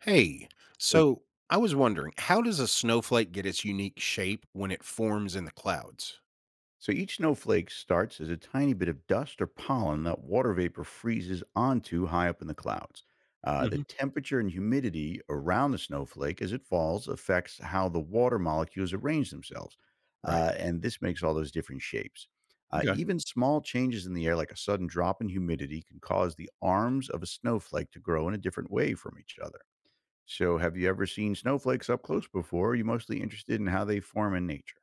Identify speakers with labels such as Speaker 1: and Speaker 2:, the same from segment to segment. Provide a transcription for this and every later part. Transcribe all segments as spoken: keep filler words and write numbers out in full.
Speaker 1: Hey,
Speaker 2: Right.
Speaker 1: so I was wondering, how does a snowflake get its unique shape when it forms in the clouds?
Speaker 2: So each snowflake starts as a tiny bit of dust or pollen that water vapor freezes onto high up in the clouds. Uh, the
Speaker 1: Hmm.
Speaker 2: temperature and humidity around the snowflake as it falls affects how the water molecules arrange themselves.
Speaker 1: Right.
Speaker 2: Uh, and this makes all those different shapes. Uh,
Speaker 1: Okay.
Speaker 2: even small changes in the air, like a sudden drop in humidity, can cause the arms of a snowflake to grow in a different way from each other. So, have you ever seen snowflakes up close before? Or are you mostly interested in how they form in nature?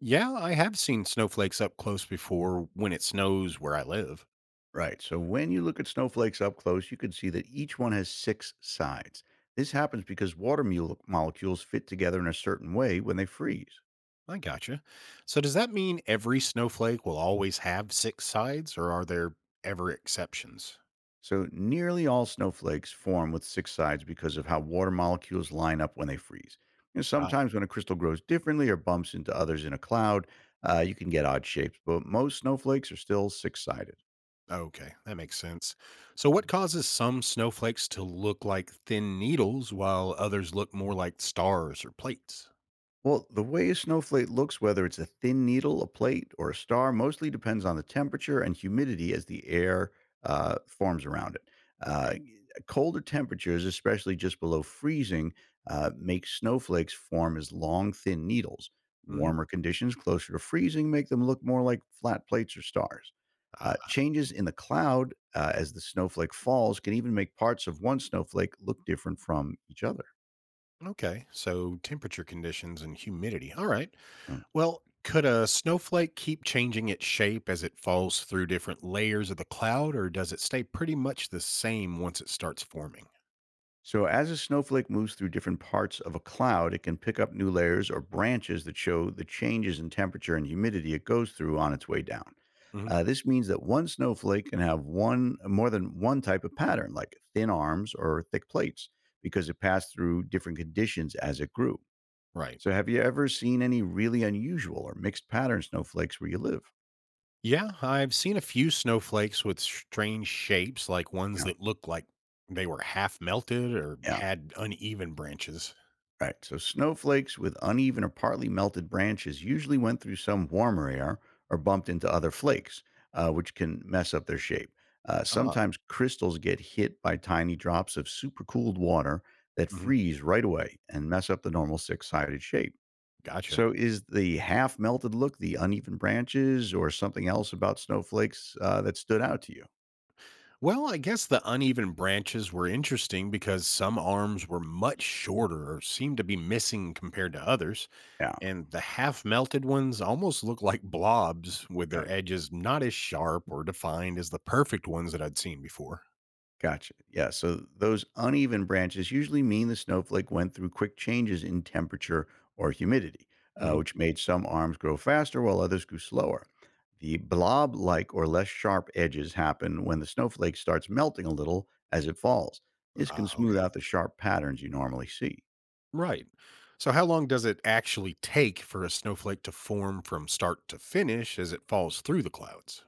Speaker 1: Yeah, I have seen snowflakes up close before when it snows where I live.
Speaker 2: Right. So when you look at snowflakes up close, you can see that each one has six sides. This happens because water mule- molecules fit together in a certain way when they freeze.
Speaker 1: I gotcha. So does that mean every snowflake will always have six sides, or are there ever exceptions?
Speaker 2: So nearly all snowflakes form with six sides because of how water molecules line up when they freeze. You know,
Speaker 1: Ah,
Speaker 2: sometimes when a crystal grows differently or bumps into others in a cloud, uh, you can get odd shapes, but most snowflakes are still six sided.
Speaker 1: okay, that makes sense. So what causes some snowflakes to look like thin needles while others look more like stars or plates?
Speaker 2: Well, the way a snowflake looks, whether it's a thin needle, a plate, or a star, mostly depends on the temperature and humidity as the air uh, forms around it. Uh,
Speaker 1: Right.
Speaker 2: Colder temperatures, especially just below freezing, uh, make snowflakes form as long, thin needles.
Speaker 1: Hmm.
Speaker 2: Warmer conditions closer to freezing make them look more like flat plates or stars. Uh, changes in the cloud, uh, as the snowflake falls can even make parts of one snowflake look different from each other.
Speaker 1: Okay, so temperature conditions and humidity. All right.
Speaker 2: Hmm.
Speaker 1: Well, could a snowflake keep changing its shape as it falls through different layers of the cloud, or does it stay pretty much the same once it starts forming?
Speaker 2: So, as a snowflake moves through different parts of a cloud, it can pick up new layers or branches that show the changes in temperature and humidity it goes through on its way down.
Speaker 1: Hmm.
Speaker 2: Uh, this means that one snowflake can have one more than one type of pattern, like thin arms or thick plates, because it passed through different conditions as it grew.
Speaker 1: Right.
Speaker 2: So, have you ever seen any really unusual or mixed pattern snowflakes where you live?
Speaker 1: Yeah, I've seen a few snowflakes with strange shapes, like ones
Speaker 2: Yeah,
Speaker 1: that look like they were half melted or
Speaker 2: yeah.
Speaker 1: had uneven branches.
Speaker 2: Right. So snowflakes with uneven or partly melted branches usually went through some warmer air or bumped into other flakes, uh, which can mess up their shape. Uh,
Speaker 1: Ah,
Speaker 2: sometimes crystals get hit by tiny drops of supercooled water that
Speaker 1: mhm,
Speaker 2: freeze right away and mess up the normal six sided shape.
Speaker 1: gotcha.
Speaker 2: So, is the half melted look, the uneven branches, or something else about snowflakes uh, that stood out to you?
Speaker 1: Well, I guess the uneven branches were interesting because some arms were much shorter or seemed to be missing compared to others,
Speaker 2: Yeah,
Speaker 1: and the half melted ones almost looked like blobs with their
Speaker 2: right.
Speaker 1: edges not as sharp or defined as the perfect ones that I'd seen before.
Speaker 2: Gotcha. Yeah. So those uneven branches usually mean the snowflake went through quick changes in temperature or humidity, uh,
Speaker 1: Mhm.
Speaker 2: which made some arms grow faster while others grew slower. The blob like or less sharp edges happen when the snowflake starts melting a little as it falls. This can
Speaker 1: Ah,
Speaker 2: smooth
Speaker 1: okay.
Speaker 2: out the sharp patterns you normally see.
Speaker 1: Right. So, how long does it actually take for a snowflake to form from start to finish as it falls through the clouds?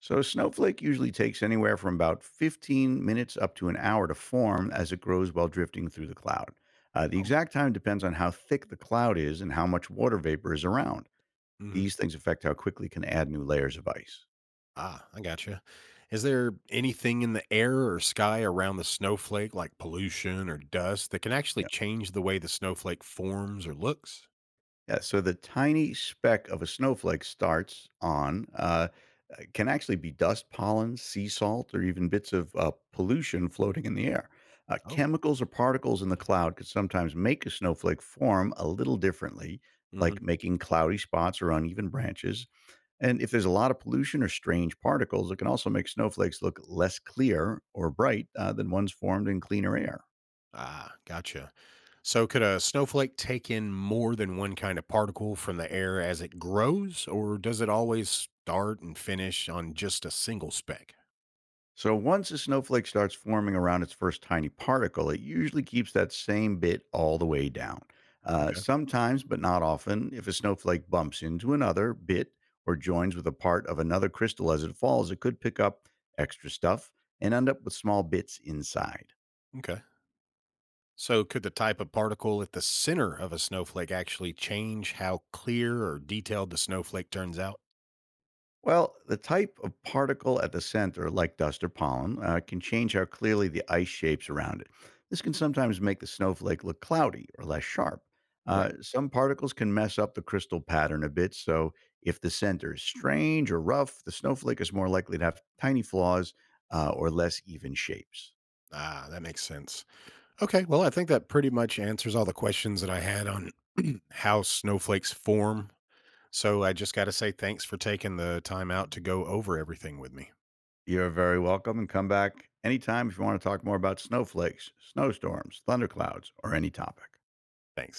Speaker 2: So, a snowflake usually takes anywhere from about fifteen minutes up to an hour to form as it grows while drifting through the cloud. Uh, the exact time depends on how thick the cloud is and how much water vapor is around.
Speaker 1: Oh.
Speaker 2: These things affect how quickly it can add new layers of ice.
Speaker 1: Ah, I gotcha. Is there anything in the air or sky around the snowflake, like pollution or dust, that can actually change the way the snowflake forms or looks?
Speaker 2: Yeah, so the tiny speck of a snowflake starts on uh, uh, can actually be dust, pollen, sea salt, or even bits of uh, pollution floating in the air. Uh,
Speaker 1: Oh.
Speaker 2: chemicals or particles in the cloud could sometimes make a snowflake form a little differently, like
Speaker 1: Hmm.
Speaker 2: making cloudy spots or uneven branches. And if there's a lot of pollution or strange particles, it can also make snowflakes look less clear or bright, uh, than ones formed in cleaner air.
Speaker 1: Ah, gotcha. So, could a snowflake take in more than one kind of particle from the air as it grows, or does it always start and finish on just a single speck?
Speaker 2: So once a snowflake starts forming around its first tiny particle, it usually keeps that same bit all the way down. Uh,
Speaker 1: Okay,
Speaker 2: sometimes, but not often, if a snowflake bumps into another bit or joins with a part of another crystal as it falls, it could pick up extra stuff and end up with small bits inside.
Speaker 1: okay. So, could the type of particle at the center of a snowflake actually change how clear or detailed the snowflake turns out?
Speaker 2: Well, the type of particle at the center, like dust or pollen, uh, can change how clearly the ice shapes around it. This can sometimes make the snowflake look cloudy or less sharp. Uh,
Speaker 1: Right.
Speaker 2: some particles can mess up the crystal pattern a bit, so if the center is strange or rough, the snowflake is more likely to have tiny flaws, uh, or less even shapes.
Speaker 1: Ah, that makes sense. Okay, well, I think that pretty much answers all the questions that I had on how snowflakes form. So I just got to say thanks for taking the time out to go over everything with me.
Speaker 2: You're very welcome and come back anytime if you want to talk more about snowflakes, snowstorms, thunderclouds, or any topic.
Speaker 1: Thanks.